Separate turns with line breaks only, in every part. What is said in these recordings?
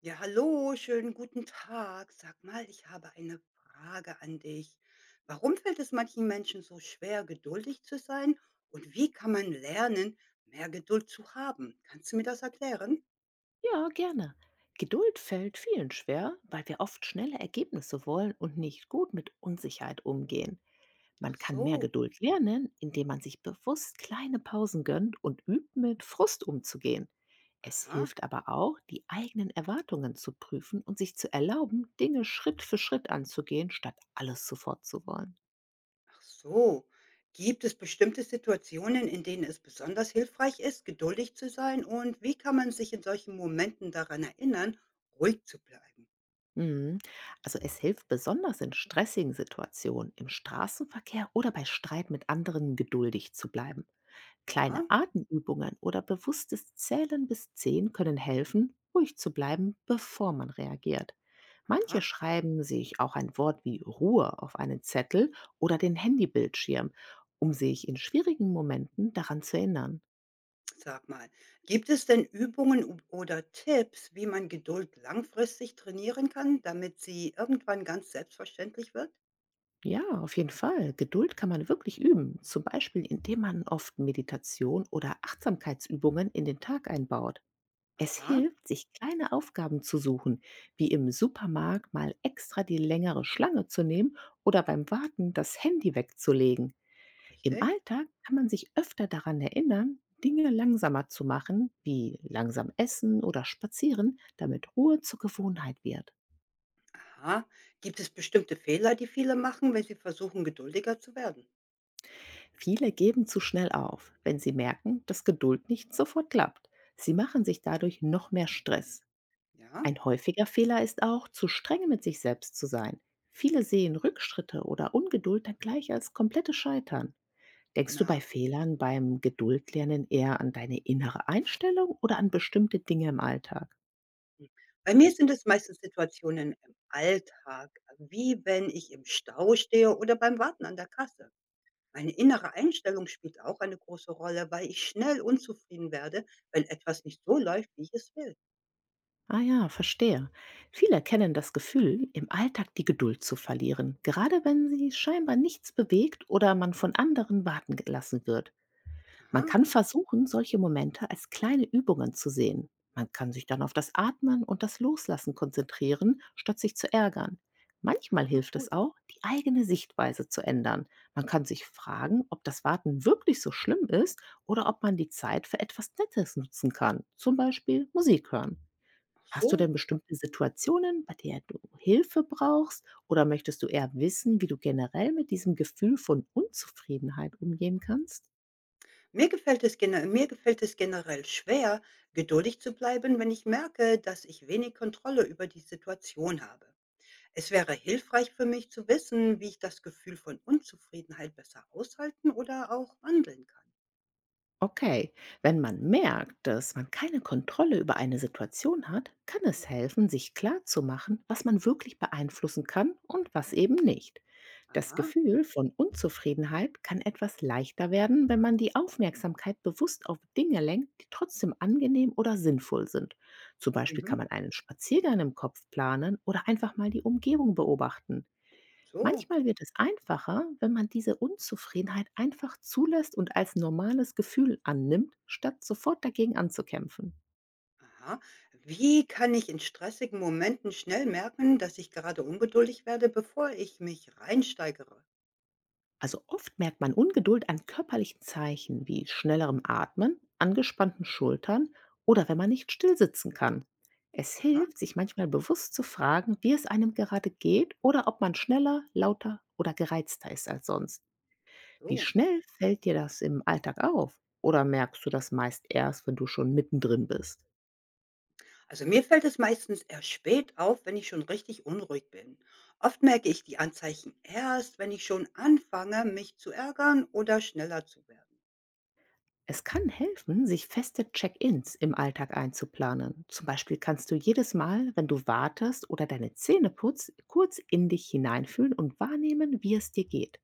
Ja, hallo, schönen guten Tag. Sag mal, ich habe eine Frage an dich. Warum fällt es manchen Menschen so schwer, geduldig zu sein? Und wie kann man lernen, mehr Geduld zu haben? Kannst du mir das erklären?
Ja, gerne. Geduld fällt vielen schwer, weil wir oft schnelle Ergebnisse wollen und nicht gut mit Unsicherheit umgehen.
Ach
Man kann mehr
so,
Geduld lernen, indem man sich bewusst kleine Pausen gönnt und übt, mit Frust umzugehen. Es
aha,
hilft aber auch, die eigenen Erwartungen zu prüfen und sich zu erlauben, Dinge Schritt für Schritt anzugehen, statt alles sofort zu wollen.
ach so. Gibt es bestimmte Situationen, in denen es besonders hilfreich ist, geduldig zu sein? Und wie kann man sich in solchen Momenten daran erinnern, ruhig zu bleiben?
Mhm. Also es hilft besonders in stressigen Situationen, im Straßenverkehr oder bei Streit mit anderen geduldig zu bleiben. Kleine
Ja,
Atemübungen oder bewusstes Zählen bis 10 können helfen, ruhig zu bleiben, bevor man reagiert. Manche
aha.
schreiben sich auch ein Wort wie Ruhe auf einen Zettel oder den Handybildschirm, um sich in schwierigen Momenten daran zu erinnern.
Sag mal, gibt es denn oder Tipps, wie man Geduld langfristig trainieren kann, damit sie irgendwann ganz selbstverständlich wird?
Ja, auf jeden Fall. Geduld kann man wirklich üben, zum Beispiel indem man oft Meditation oder Achtsamkeitsübungen in den Tag einbaut. Es
Aha,
hilft, sich kleine Aufgaben zu suchen, wie im Supermarkt mal extra die längere Schlange zu nehmen oder beim Warten das Handy wegzulegen. Im
richtig.
Alltag kann man sich öfter daran erinnern, Dinge langsamer zu machen, wie langsam essen oder spazieren, damit Ruhe zur Gewohnheit wird.
Aha. Gibt es bestimmte Fehler, die viele machen, wenn sie versuchen, geduldiger zu werden?
Viele geben zu schnell auf, wenn sie merken, dass Geduld nicht sofort klappt. Sie machen sich dadurch noch mehr Stress.
Ja?
Ein häufiger Fehler ist auch, zu streng mit sich selbst zu sein. Viele sehen Rückschritte oder Ungeduld dann gleich als komplettes Scheitern. Denkst du bei
Na,
Fehlern beim Geduldlernen eher an deine innere Einstellung oder an bestimmte Dinge im Alltag?
hm. Bei mir sind es meistens Situationen im Alltag, wie wenn ich im Stau stehe oder beim Warten an der Kasse. Meine innere Einstellung spielt auch eine große Rolle, weil ich schnell unzufrieden werde, wenn etwas nicht so läuft, wie ich es will.
Ah ja, verstehe. Viele kennen das Gefühl, im Alltag die Geduld zu verlieren, gerade wenn sie scheinbar nichts bewegt oder man von anderen warten gelassen wird. Man
Aha,
kann versuchen, solche Momente als kleine Übungen zu sehen. Man kann sich dann auf das Atmen und das Loslassen konzentrieren, statt sich zu ärgern. Manchmal
aha,
hilft
gut.
es auch, die eigene Sichtweise zu ändern. Man kann sich fragen, ob das Warten wirklich so schlimm ist oder ob man die Zeit für etwas Nettes nutzen kann, zum Beispiel Musik hören.
Ach
Hast du
so.
denn bestimmte Situationen, bei der du Hilfe brauchst oder möchtest du eher wissen, wie du generell mit diesem Gefühl von Unzufriedenheit umgehen kannst?
Mir gefällt es generell schwer, geduldig zu bleiben, wenn ich merke, dass ich wenig Kontrolle über die Situation habe. Es wäre hilfreich für mich zu wissen, wie ich das Gefühl von Unzufriedenheit besser aushalten oder auch wandeln kann.
Okay, wenn man merkt, dass man keine Kontrolle über eine Situation hat, kann es helfen, sich klarzumachen, was man wirklich beeinflussen kann und was eben nicht. Das
Aha,
Gefühl von Unzufriedenheit kann etwas leichter werden, wenn man die Aufmerksamkeit bewusst auf Dinge lenkt, die trotzdem angenehm oder sinnvoll sind. Zum Beispiel
mhm,
kann man einen Spaziergang im Kopf planen oder einfach mal die Umgebung beobachten.
so.
Manchmal wird es einfacher, wenn man diese Unzufriedenheit einfach zulässt und als normales Gefühl annimmt, statt sofort dagegen anzukämpfen.
Aha. Wie kann ich in stressigen Momenten schnell merken, dass ich gerade ungeduldig werde, bevor ich mich reinsteigere?
Also oft merkt man Ungeduld an körperlichen Zeichen wie schnellerem Atmen, angespannten Schultern oder wenn man nicht stillsitzen kann. Es
Aha,
hilft, sich manchmal bewusst zu fragen, wie es einem gerade geht oder ob man schneller, lauter oder gereizter ist als sonst. Wie
so.
schnell fällt dir das im Alltag auf? Oder merkst du das meist erst, wenn du schon mittendrin bist?
Also mir fällt es meistens erst spät auf, wenn ich schon richtig unruhig bin. Oft merke ich die Anzeichen erst, wenn ich schon anfange, mich zu ärgern oder schneller zu werden.
Es kann helfen, sich feste Check-ins im Alltag einzuplanen. Zum Beispiel kannst du jedes Mal, wenn du wartest oder deine Zähne putzt, kurz in dich hineinfühlen und wahrnehmen, wie es dir geht.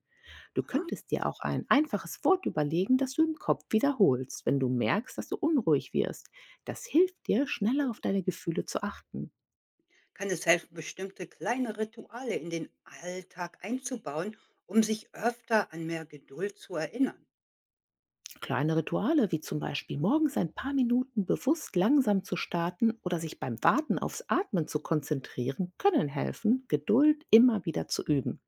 Du
Aha.
könntest dir auch ein einfaches Wort überlegen, das du im Kopf wiederholst, wenn du merkst, dass du unruhig wirst. Das hilft dir, schneller auf deine Gefühle zu achten.
Kann es helfen, bestimmte kleine Rituale in den Alltag einzubauen, um sich öfter an mehr Geduld zu erinnern?
Kleine Rituale, wie zum Beispiel morgens ein paar Minuten bewusst langsam zu starten oder sich beim Warten aufs Atmen zu konzentrieren, können helfen, Geduld immer wieder zu üben.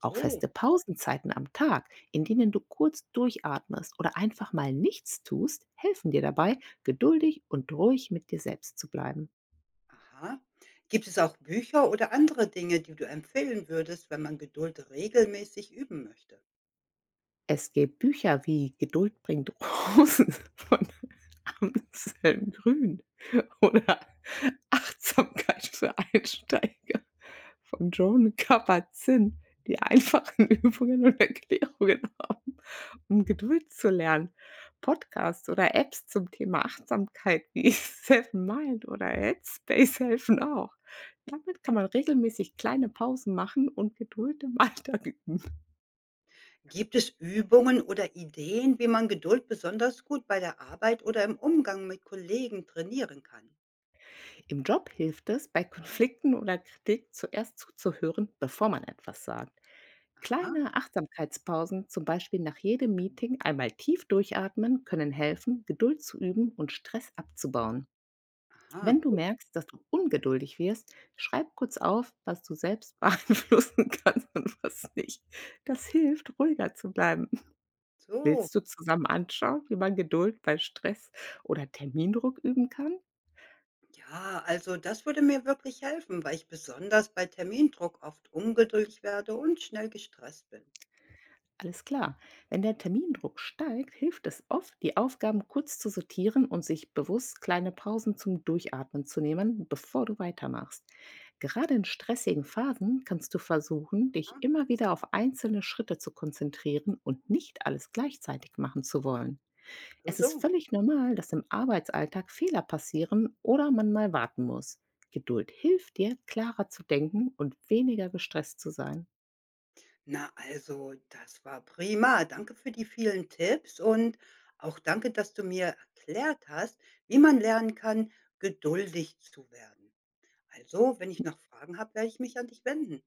Auch
So,
feste Pausenzeiten am Tag, in denen du kurz durchatmest oder einfach mal nichts tust, helfen dir dabei, geduldig und ruhig mit dir selbst zu bleiben.
aha. Gibt es auch Bücher oder andere Dinge, die du empfehlen würdest, wenn man Geduld regelmäßig üben möchte?
Es gibt Bücher wie Geduld bringt Rosen von Anselm Grün oder Achtsamkeit für Einsteiger von Joan Kabat-Zinn, die einfachen Übungen und Erklärungen haben, um Geduld zu lernen. Podcasts oder Apps zum Thema Achtsamkeit wie Seven Mind oder Headspace helfen auch. Damit kann man regelmäßig kleine Pausen machen und Geduld im Alltag üben.
Gibt es Übungen oder Ideen, wie man Geduld besonders gut bei der Arbeit oder im Umgang mit Kollegen trainieren kann?
Im Job hilft es, bei Konflikten oder Kritik zuerst zuzuhören, bevor man etwas sagt.
Aha,
Kleine Achtsamkeitspausen, zum Beispiel nach jedem Meeting einmal tief durchatmen, können helfen, Geduld zu üben und Stress abzubauen.
aha,
Wenn du
gut.
merkst, dass du ungeduldig wirst, schreib kurz auf, was du selbst beeinflussen kannst und was nicht. Das hilft, ruhiger zu bleiben.
So,
Willst du zusammen anschauen, wie man Geduld bei Stress oder Termindruck üben kann?
ja, also das würde mir wirklich helfen, weil ich besonders bei Termindruck oft ungeduldig werde und schnell gestresst bin.
Alles klar. Wenn der Termindruck steigt, hilft es oft, die Aufgaben kurz zu sortieren und sich bewusst kleine Pausen zum Durchatmen zu nehmen, bevor du weitermachst. Gerade in stressigen Phasen kannst du versuchen, dich
Aha,
immer wieder auf einzelne Schritte zu konzentrieren und nicht alles gleichzeitig machen zu wollen.
so,
Es ist
so.
völlig normal, dass im Arbeitsalltag Fehler passieren oder man mal warten muss. Geduld hilft dir, klarer zu
Mhm.
denken und weniger gestresst zu sein.
Na, also, das war prima. Danke für die vielen Tipps und auch danke, dass du mir erklärt hast, wie man lernen kann, geduldig zu werden. Also, wenn ich noch Fragen habe, werde ich mich an dich wenden.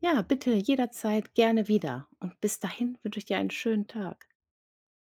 Ja, bitte jederzeit gerne wieder. Und bis dahin wünsche ich dir einen schönen Tag.